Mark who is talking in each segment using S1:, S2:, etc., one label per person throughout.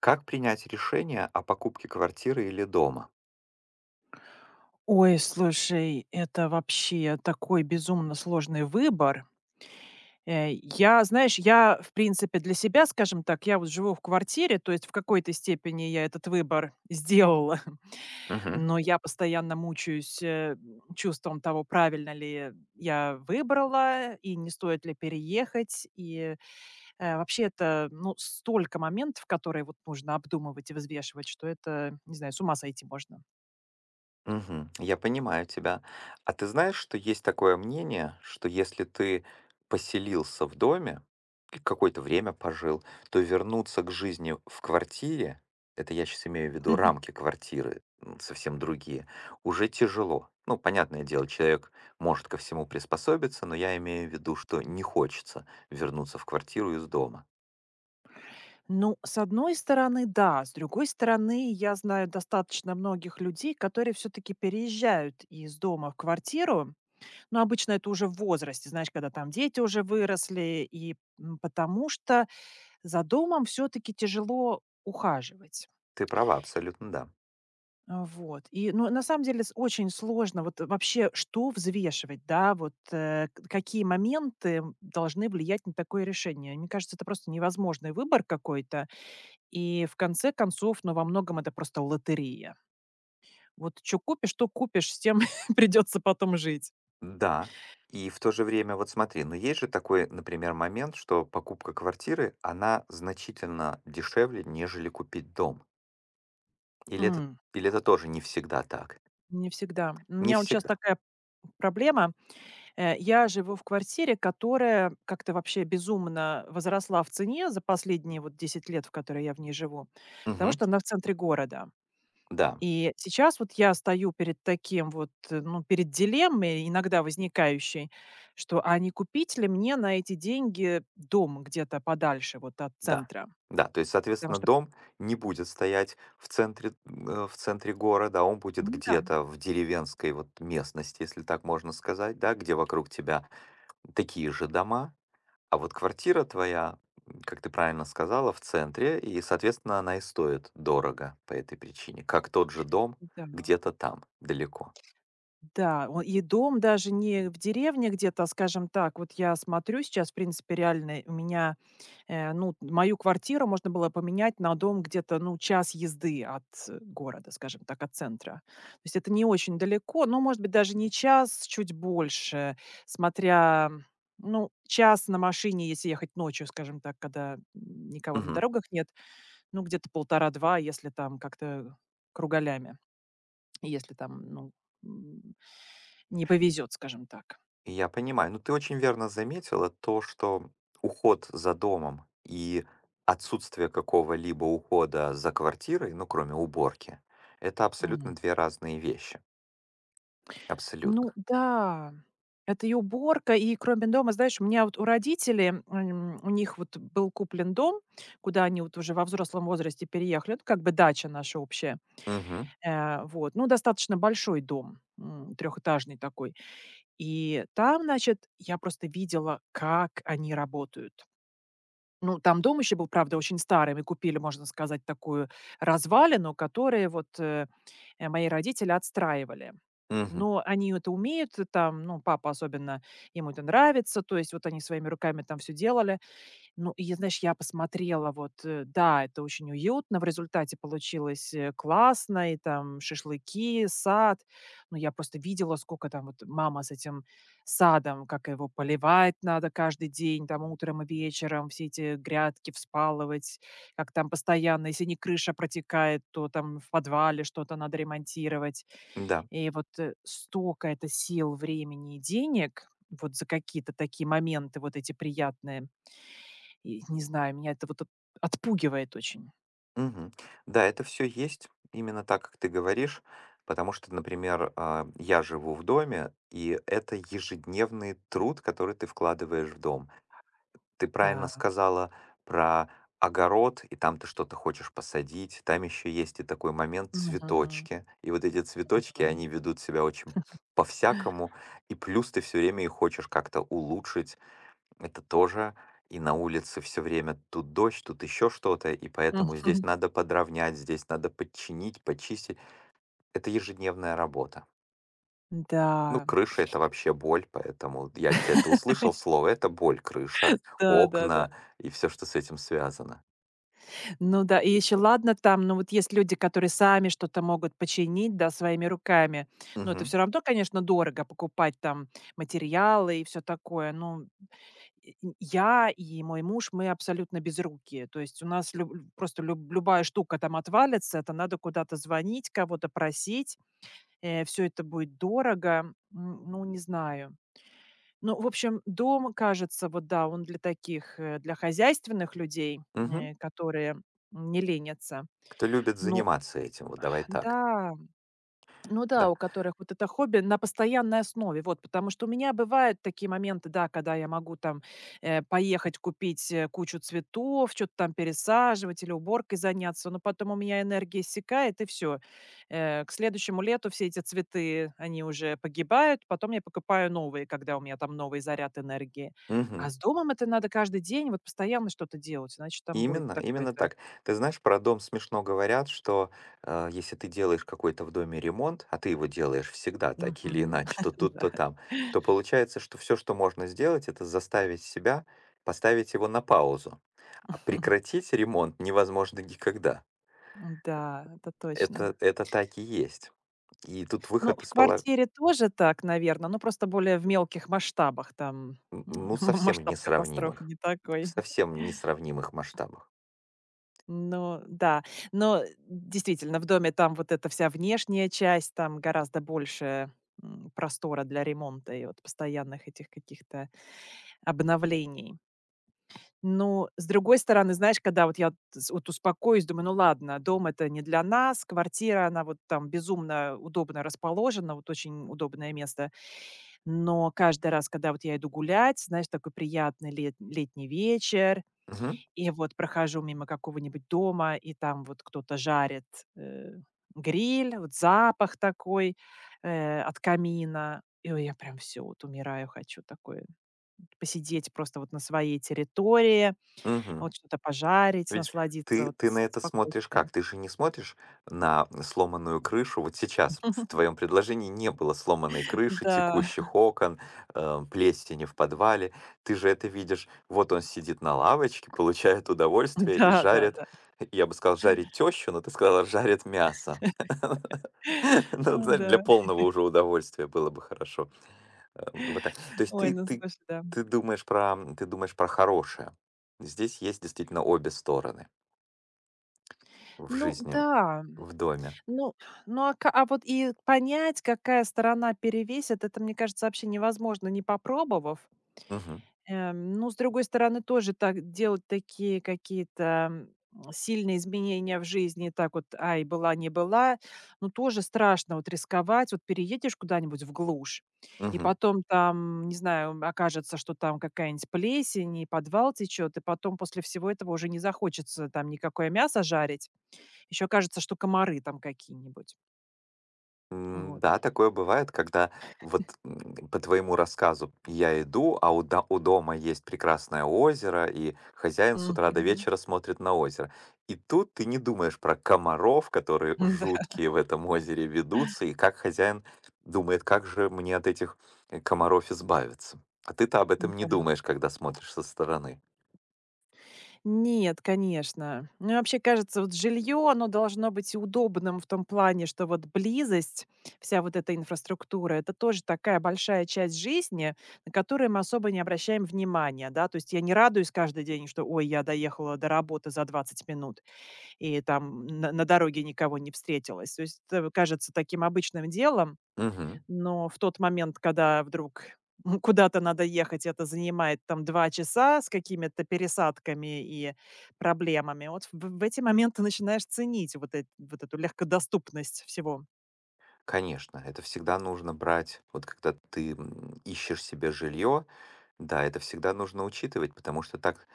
S1: Как принять решение о покупке квартиры или дома?
S2: Ой, слушай, это вообще такой безумно сложный выбор. Э, я знаешь, я, в принципе, для себя, скажем так, я вот живу в квартире, то есть в какой-то степени я этот выбор сделала,
S1: Мгм.
S2: но я постоянно мучаюсь, чувством того, правильно ли я выбрала и не стоит ли переехать. Вообще это, ну, столько моментов, которые вот нужно обдумывать и взвешивать, что это, не знаю, с ума сойти можно.
S1: Мгм. Я понимаю тебя. А ты знаешь, что есть такое мнение, что если ты поселился в доме и какое-то время пожил, то вернуться к жизни в квартире, это я сейчас имею в виду рамки квартиры, совсем другие, уже тяжело. Ну, понятное дело, человек может ко всему приспособиться, но я имею в виду, что не хочется вернуться в квартиру из дома.
S2: Ну, с одной стороны, да. С другой стороны, я знаю достаточно многих людей, которые все-таки переезжают из дома в квартиру. Но обычно это уже в возрасте, знаешь, когда там дети уже выросли, потому что за домом все-таки тяжело ухаживать.
S1: Ты права, абсолютно да.
S2: Вот. И, ну, на самом деле очень сложно вот вообще что взвешивать, да, какие моменты должны влиять на такое решение. Мне кажется, это просто невозможный выбор какой-то. И в конце концов, ну, во многом это просто лотерея. Вот что купишь, то купишь, с тем придется потом жить.
S1: Да, и в то же время, вот смотри, но есть же такой, например, момент, что покупка квартиры, она значительно дешевле, нежели купить дом. Или это,
S2: М,
S1: Или это тоже не всегда так?
S2: Не всегда. У
S1: Не
S2: меня вот сейчас
S1: всегда.
S2: такая проблема. Я живу в квартире, которая как-то вообще безумно возросла в цене за последние вот 10 лет, в которые я в ней живу, потому
S1: Мгм.
S2: что она в центре города.
S1: Да,
S2: И сейчас вот я стою перед таким вот, ну, перед дилеммой, иногда возникающей, что а не купить ли мне на эти деньги дом где-то подальше вот от
S1: да,
S2: центра?
S1: да. То есть,
S2: Потому
S1: соответственно,
S2: что
S1: дом не будет стоять в центре города, он будет
S2: ну да,
S1: где-то в деревенской вот местности, если так можно сказать, да, где вокруг тебя такие же дома. А вот квартира твоя, как ты правильно сказала, в центре, и, соответственно, она и стоит дорого по этой причине, как тот же дом
S2: да,
S1: где-то там, далеко.
S2: да, о, и дом даже не в деревне где-то, а, скажем так. Вот я смотрю сейчас, в принципе, реально у меня. Ну, мою квартиру можно было поменять на дом где-то, ну, час езды от города, скажем так, от центра. То есть это не очень далеко, но, может быть, даже не час, чуть больше, смотря, ну, час на машине, если ехать ночью, скажем так, когда никого на
S1: Мгм.
S2: дорогах нет, ну, где-то полтора-два, если там как-то кругалями, если там, ну, м, не повезет, скажем так.
S1: Я понимаю. Ну, ты очень верно заметила то, что уход за домом и отсутствие какого-либо ухода за квартирой, ну, кроме уборки, это
S2: М.
S1: абсолютно две разные вещи.
S2: Ну
S1: Абсолютно.
S2: да, это и уборка, и кроме дома, знаешь, у меня вот у родителей, у них вот был куплен дом, куда они вот уже во взрослом возрасте переехали. Это как бы дача наша общая.
S1: Мгм.
S2: Вот, ну, достаточно большой дом, трехэтажный такой. И там, значит, я просто видела, как они работают. Ну, там дом еще был, правда, очень старый. Мы купили, можно сказать, такую развалину, которую мои родители отстраивали.
S1: Мгм.
S2: Но они это умеют, и там, ну, папа особенно, ему это нравится, то есть вот они своими руками там все делали. Ну, и я, знаешь, я посмотрела, вот, да, это очень уютно, в результате получилось, классно, и там шашлыки, сад. Ну, я просто видела, сколько там вот мама с этим садом, как его поливать надо каждый день, там, утром и вечером, все эти грядки вспалывать, как там постоянно, если не крыша протекает, то там в подвале что-то надо ремонтировать.
S1: Да.
S2: И вот, столько это сил, времени и денег вот за какие-то такие моменты, вот эти приятные. И не знаю, меня это вот от отпугивает очень.
S1: Мгм. Да, это все есть именно так, как ты говоришь, потому что, например, я живу в доме, и это ежедневный труд, который ты вкладываешь в дом. Ты правильно
S2: Да.
S1: сказала про огород, и там ты что-то хочешь посадить, там еще есть и такой момент
S2: Мгм.
S1: цветочки, и вот эти цветочки,
S2: Мгм.
S1: они ведут себя очень по-всякому, и плюс ты все время их хочешь как-то улучшить, это тоже. И на улице все время тут дождь, тут еще что-то, и поэтому здесь
S2: Мгм.
S1: надо подровнять, здесь надо подчинить, почистить. Это ежедневная работа. Ну,
S2: Да.
S1: крыша — это вообще боль, поэтому я те это услышал слово, это боль, крыша,
S2: Да-да-да.
S1: окна и все, что с этим связано.
S2: Ну да, и еще ладно там, но вот есть люди, которые сами что-то могут починить, да, своими руками. Но это
S1: Мгм.
S2: все равно, конечно, дорого покупать там материалы и все такое. Ну, я и мой муж, мы абсолютно безрукие. То есть у нас люб лю просто люб любая штука там отвалится, это надо куда-то звонить, кого-то просить, все это будет дорого. Ну, не знаю. Ну, в общем, дом, кажется, вот да, он для таких, для хозяйственных людей,
S1: Мгм.
S2: которые не ленятся.
S1: Кто любит
S2: Но
S1: заниматься этим, вот давай так.
S2: да. Ну да,
S1: Да.
S2: у которых вот это хобби на постоянной основе. Вот, потому что у меня бывают такие моменты, да, когда я могу там поехать купить кучу цветов, что-то там пересаживать или уборкой заняться, но потом у меня энергия иссякает, и все. К следующему лету все эти цветы, они уже погибают, потом я покупаю новые, когда у меня там новый заряд энергии. А
S1: Мгм.
S2: с домом это надо каждый день, вот постоянно что-то делать, иначе там будет
S1: Именно, именно
S2: такое-то...
S1: так. Ты знаешь, про дом смешно говорят, что если ты делаешь какой-то в доме ремонт, а ты его делаешь всегда так или
S2: Мгм.
S1: иначе, то тут, то
S2: Да.
S1: там, то получается, что все, что можно сделать, это заставить себя поставить его на паузу. А прекратить ремонт невозможно никогда.
S2: Да, это точно.
S1: Это так и есть. И тут
S2: Ну,
S1: выход
S2: в
S1: из положения,
S2: квартире тоже так, наверное, но просто более в мелких масштабах. Там, м,
S1: ну,
S2: масштаб катастрофы не
S1: в
S2: такой.
S1: совсем несравнимых масштабах.
S2: Ну да, но действительно, в доме там вот эта вся внешняя часть, там гораздо больше, простора для ремонта и вот постоянных этих каких-то обновлений. Ну с другой стороны, знаешь, когда вот я вот с вот успокоюсь, думаю: "Ну ладно, дом — это не для нас, квартира — она вот там безумно удобно расположена, вот очень удобное место". Но каждый раз, когда вот я иду гулять, знаешь, такой приятный летний вечер,
S1: Мгм.
S2: и вот прохожу мимо какого-нибудь дома, и там вот кто-то жарит, э, гриль, вот запах такой, от камина. И ой, я прям все вот умираю, хочу такое посидеть просто вот на своей территории,
S1: Мгм.
S2: вот что-то пожарить,
S1: Видишь,
S2: насладиться
S1: ты
S2: вот
S1: ты на
S2: с
S1: это смотришь
S2: спокойствием.
S1: как? Ты же не смотришь на сломанную крышу вот сейчас. В твоем предложении не было сломанной крыши,
S2: Да,
S1: текущих окон, плесени в подвале. Ты же это видишь. Вот он сидит на лавочке, получает удовольствие и жарит,
S2: да-да-да.
S1: я бы сказал, жарит тещу, но ты сказала, жарит мясо. Ну,
S2: О
S1: знаешь, для
S2: да.
S1: полного уже удовольствия было бы хорошо. Вот так. То есть
S2: Ой,
S1: ты,
S2: ну
S1: ты,
S2: слушай, да.
S1: ты ты думаешь про хорошее. Здесь есть действительно обе стороны. В
S2: Ну
S1: жизни,
S2: да.
S1: в доме.
S2: Ну, ну, а ка а вот и понять, какая сторона перевесит, это, мне кажется, вообще невозможно, не попробовав.
S1: Мгм.
S2: Ну, с другой стороны, тоже так делать такие какие-то, сильные изменения в жизни, так вот: "Ай, была не была". Ну, тоже страшно вот рисковать. Вот переедешь куда-нибудь в глушь, и
S1: Мгм.
S2: потом там, не знаю, окажется, что там какая-нибудь плесень и подвал течет, и потом после всего этого уже не захочется там никакое мясо жарить. Еще кажется, что комары там какие-нибудь. Вот.
S1: Да, такое бывает, когда вот, по твоему рассказу я иду, а у дома есть прекрасное озеро, и хозяин с утра до
S2: Мгм.
S1: вечера смотрит на озеро. И тут ты не думаешь про комаров, которые жуткие в этом озере ведутся, и как хозяин думает: «Как же мне от этих комаров избавиться?» А ты-то об этом не
S2: Да, да.
S1: думаешь, когда смотришь со стороны.
S2: Нет, конечно. Мне вообще кажется, вот жилье, оно должно быть удобным в том плане, что вот близость, вся вот эта инфраструктура, это тоже такая большая часть жизни, на которую мы особо не обращаем внимания, да. То есть я не радуюсь каждый день, что, ой, я доехала до работы за 20 минут, и там на дороге никого не встретилась. То есть это кажется таким обычным делом.
S1: Мгм.
S2: Но в тот момент, когда вдруг, куда-то надо ехать, это занимает там 2 часа с какими-то пересадками и проблемами. Вот в эти моменты начинаешь ценить вот эт вот эту легкодоступность всего.
S1: Конечно, это всегда нужно брать, вот когда ты ищешь себе жилье, да, это всегда нужно учитывать, потому что так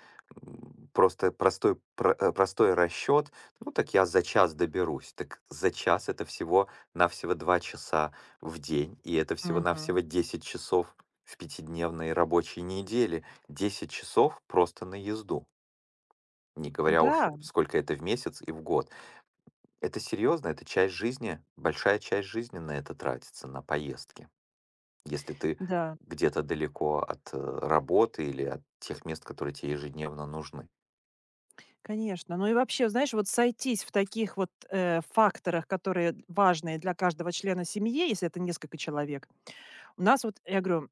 S1: просто простой расчет, ну так я за час доберусь, так за час это всего навсего 2 часа в день, и это всего-навсего
S2: Мгм.
S1: 10 часов в пятидневной рабочей неделе, 10 часов просто на езду, не говоря уж
S2: Да,
S1: сколько это в месяц и в год. Это серьезно, это часть жизни, большая часть жизни на это тратится, на поездки. Если ты
S2: да,
S1: где-то далеко от работы или от тех мест, которые тебе ежедневно нужны.
S2: конечно. Ну и вообще, знаешь, вот сойтись в таких вот, факторах, которые важные для каждого члена семьи, если это несколько человек. У нас вот, я говорю,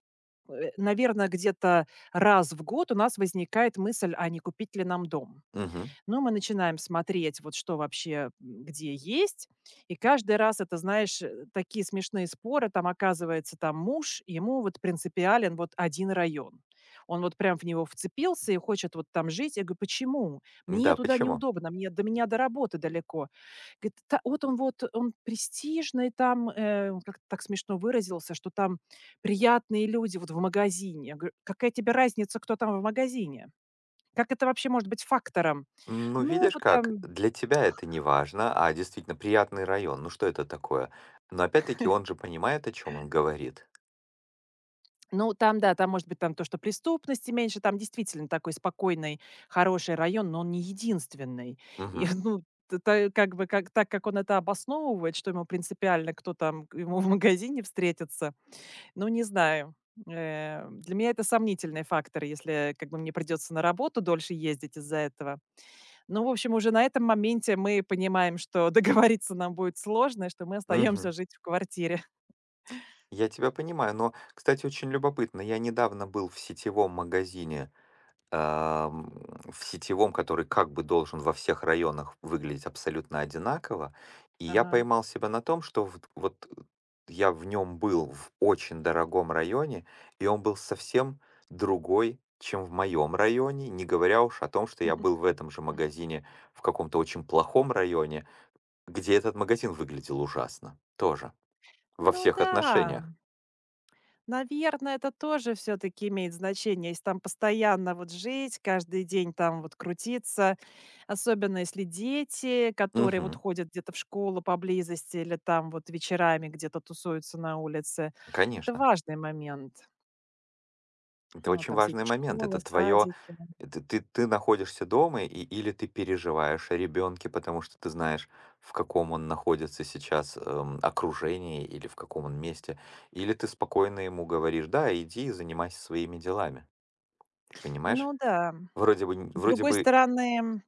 S2: наверное, где-то раз в год у нас возникает мысль, а не купить ли нам дом?
S1: Мгм.
S2: Но мы начинаем смотреть, вот что вообще, где есть. И каждый раз это, знаешь, такие смешные споры. Там, оказывается, там муж, ему вот принципиален вот один район. Он вот прям в него вцепился и хочет вот там жить. Я говорю: "Почему? Мне
S1: Да,
S2: туда
S1: почему?
S2: неудобно, мне до меня до работы далеко". Говорит: "Та вот, он престижный там". Он как-то так смешно выразился, что там приятные люди вот в магазине. Я говорю: "Какая тебе разница, кто там в магазине? Как это вообще может быть фактором?"
S1: Ну,
S2: Ну,
S1: видишь
S2: вот
S1: как,
S2: там
S1: для тебя это не важно, а действительно приятный район, ну что это такое? Но опять-таки он же понимает, о чем он говорит.
S2: ну, там, да, там, может быть, там то, что преступности меньше, там действительно такой спокойный, хороший район, но он не единственный. И,
S1: Мгм.
S2: ну, т та как бы, как он это обосновывает, что ему принципиально, кто там к ему в магазине встретится, ну, не знаю. Для меня это сомнительный фактор, если как бы мне придется на работу дольше ездить из-за этого. Ну, в общем, уже на этом моменте мы понимаем, что договориться нам будет сложно, и что мы остаемся
S1: Мгм.
S2: жить в квартире.
S1: Я тебя понимаю, но, кстати, очень любопытно, я недавно был в сетевом магазине, ам, в сетевом, который как бы должен во всех районах выглядеть абсолютно одинаково. И я
S2: Ага.
S1: поймал себя на том, что я в нем был в очень дорогом районе, и он был совсем другой, чем в моем районе, не говоря уж о том, что я был в этом же магазине в каком-то очень плохом районе, где этот магазин выглядел ужасно. Тоже. Во
S2: Ну
S1: всех
S2: да.
S1: отношениях.
S2: Наверное, это тоже все таки имеет значение. Если там постоянно вот жить, каждый день там вот крутиться, особенно если дети, которые вот
S1: Угу,
S2: ходят где-то в школу поблизости или там вот вечерами где-то тусуются на улице. Это
S1: конечно.
S2: важный момент.
S1: Это
S2: Ну,
S1: очень
S2: там все эти
S1: важный момент.
S2: школы,
S1: Это твое
S2: садики.
S1: ты находишься дома, или ты переживаешь о ребенке, потому что ты знаешь, в каком он находится сейчас, окружении или в каком он месте, или ты спокойно ему говоришь: «Да, иди и занимайся своими делами». Ты понимаешь?
S2: Ну да.
S1: Вроде бы нь
S2: С
S1: вроде
S2: другой
S1: бы
S2: стороны.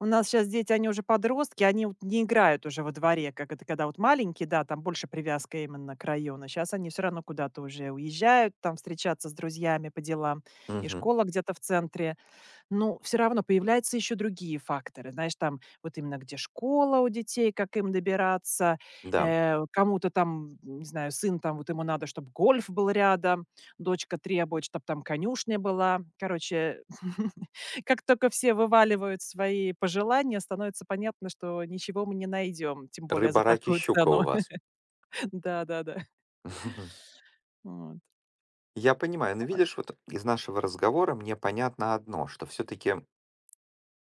S2: У нас сейчас дети, они уже подростки, они вот не играют уже во дворе, как это когда вот маленькие, да, там больше привязка именно к району. Сейчас они все равно куда-то уже уезжают, там встречаться с друзьями по делам, и
S1: Мгм.
S2: школа где-то в центре. Ну, все равно появляются еще другие факторы. Знаешь, там вот именно где школа у детей, как им добираться,
S1: Да.
S2: кому-то там, не знаю, сын там, вот ему надо, чтобы гольф был рядом, дочка требует, чтобы там конюшня была. Короче, как только все вываливают свои пожелания, становится понятно, что ничего мы не найдем, тем более
S1: Рыба,
S2: за
S1: рак и
S2: такую
S1: щука
S2: цену.
S1: у вас.
S2: Да-да-да. Вот.
S1: Я понимаю, но видишь, вот из нашего разговора мне понятно одно, что все-таки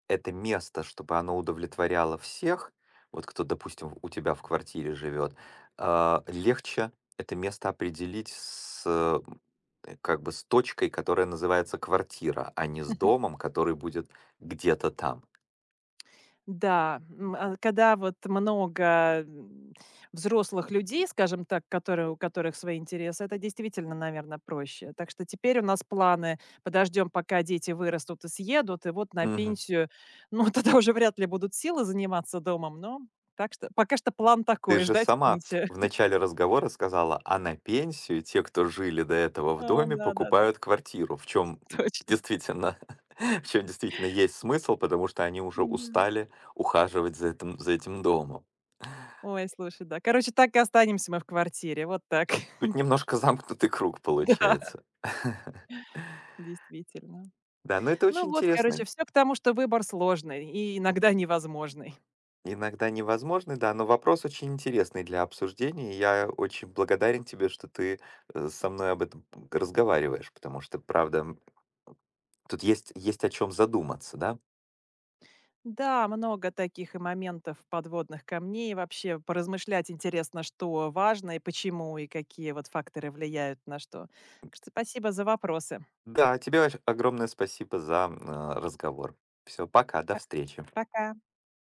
S1: это место, чтобы оно удовлетворяло всех, вот кто, допустим, у тебя в квартире живет, легче это место определить с как бы с точкой, которая называется квартира, а не с домом, который будет где-то там.
S2: Да, а когда вот много, м, взрослых людей, скажем так, которые у которых свои интересы, это действительно, наверное, проще. Так что теперь у нас планы: подождем, пока дети вырастут и съедут, и вот на
S1: Мгм.
S2: пенсию, ну, тогда уже вряд ли будут силы заниматься домом, но так что пока что план
S1: Ты
S2: такой:
S1: же
S2: ждать
S1: сама
S2: пенсию.
S1: в начале разговора сказала, а на пенсию те, кто жили до этого в
S2: А,
S1: доме,
S2: да-да-да,
S1: покупают квартиру, в чем
S2: точно.
S1: действительно, в чем действительно есть смысл, потому что они уже
S2: М-да.
S1: устали ухаживать за этим домом.
S2: Ой, слушай, да. Короче, так и останемся мы в квартире. Вот так.
S1: Тут немножко замкнутый круг
S2: Да,
S1: получается.
S2: действительно.
S1: Да, но это
S2: Ну
S1: очень
S2: вот,
S1: интересно.
S2: короче, все к тому, что выбор сложный и иногда невозможный.
S1: Иногда невозможный, да, но вопрос очень интересный для обсуждения. И я очень благодарен тебе, что ты со мной об этом разговариваешь, потому что, правда, тут есть о чем задуматься, да?
S2: Да, много таких и моментов, подводных камней. Вообще поразмышлять интересно, что важно и почему, и какие вот факторы влияют на что. Так что спасибо за вопросы.
S1: Да, тебе огромное спасибо за разговор. Все, пока, до
S2: Па
S1: встречи.
S2: пока.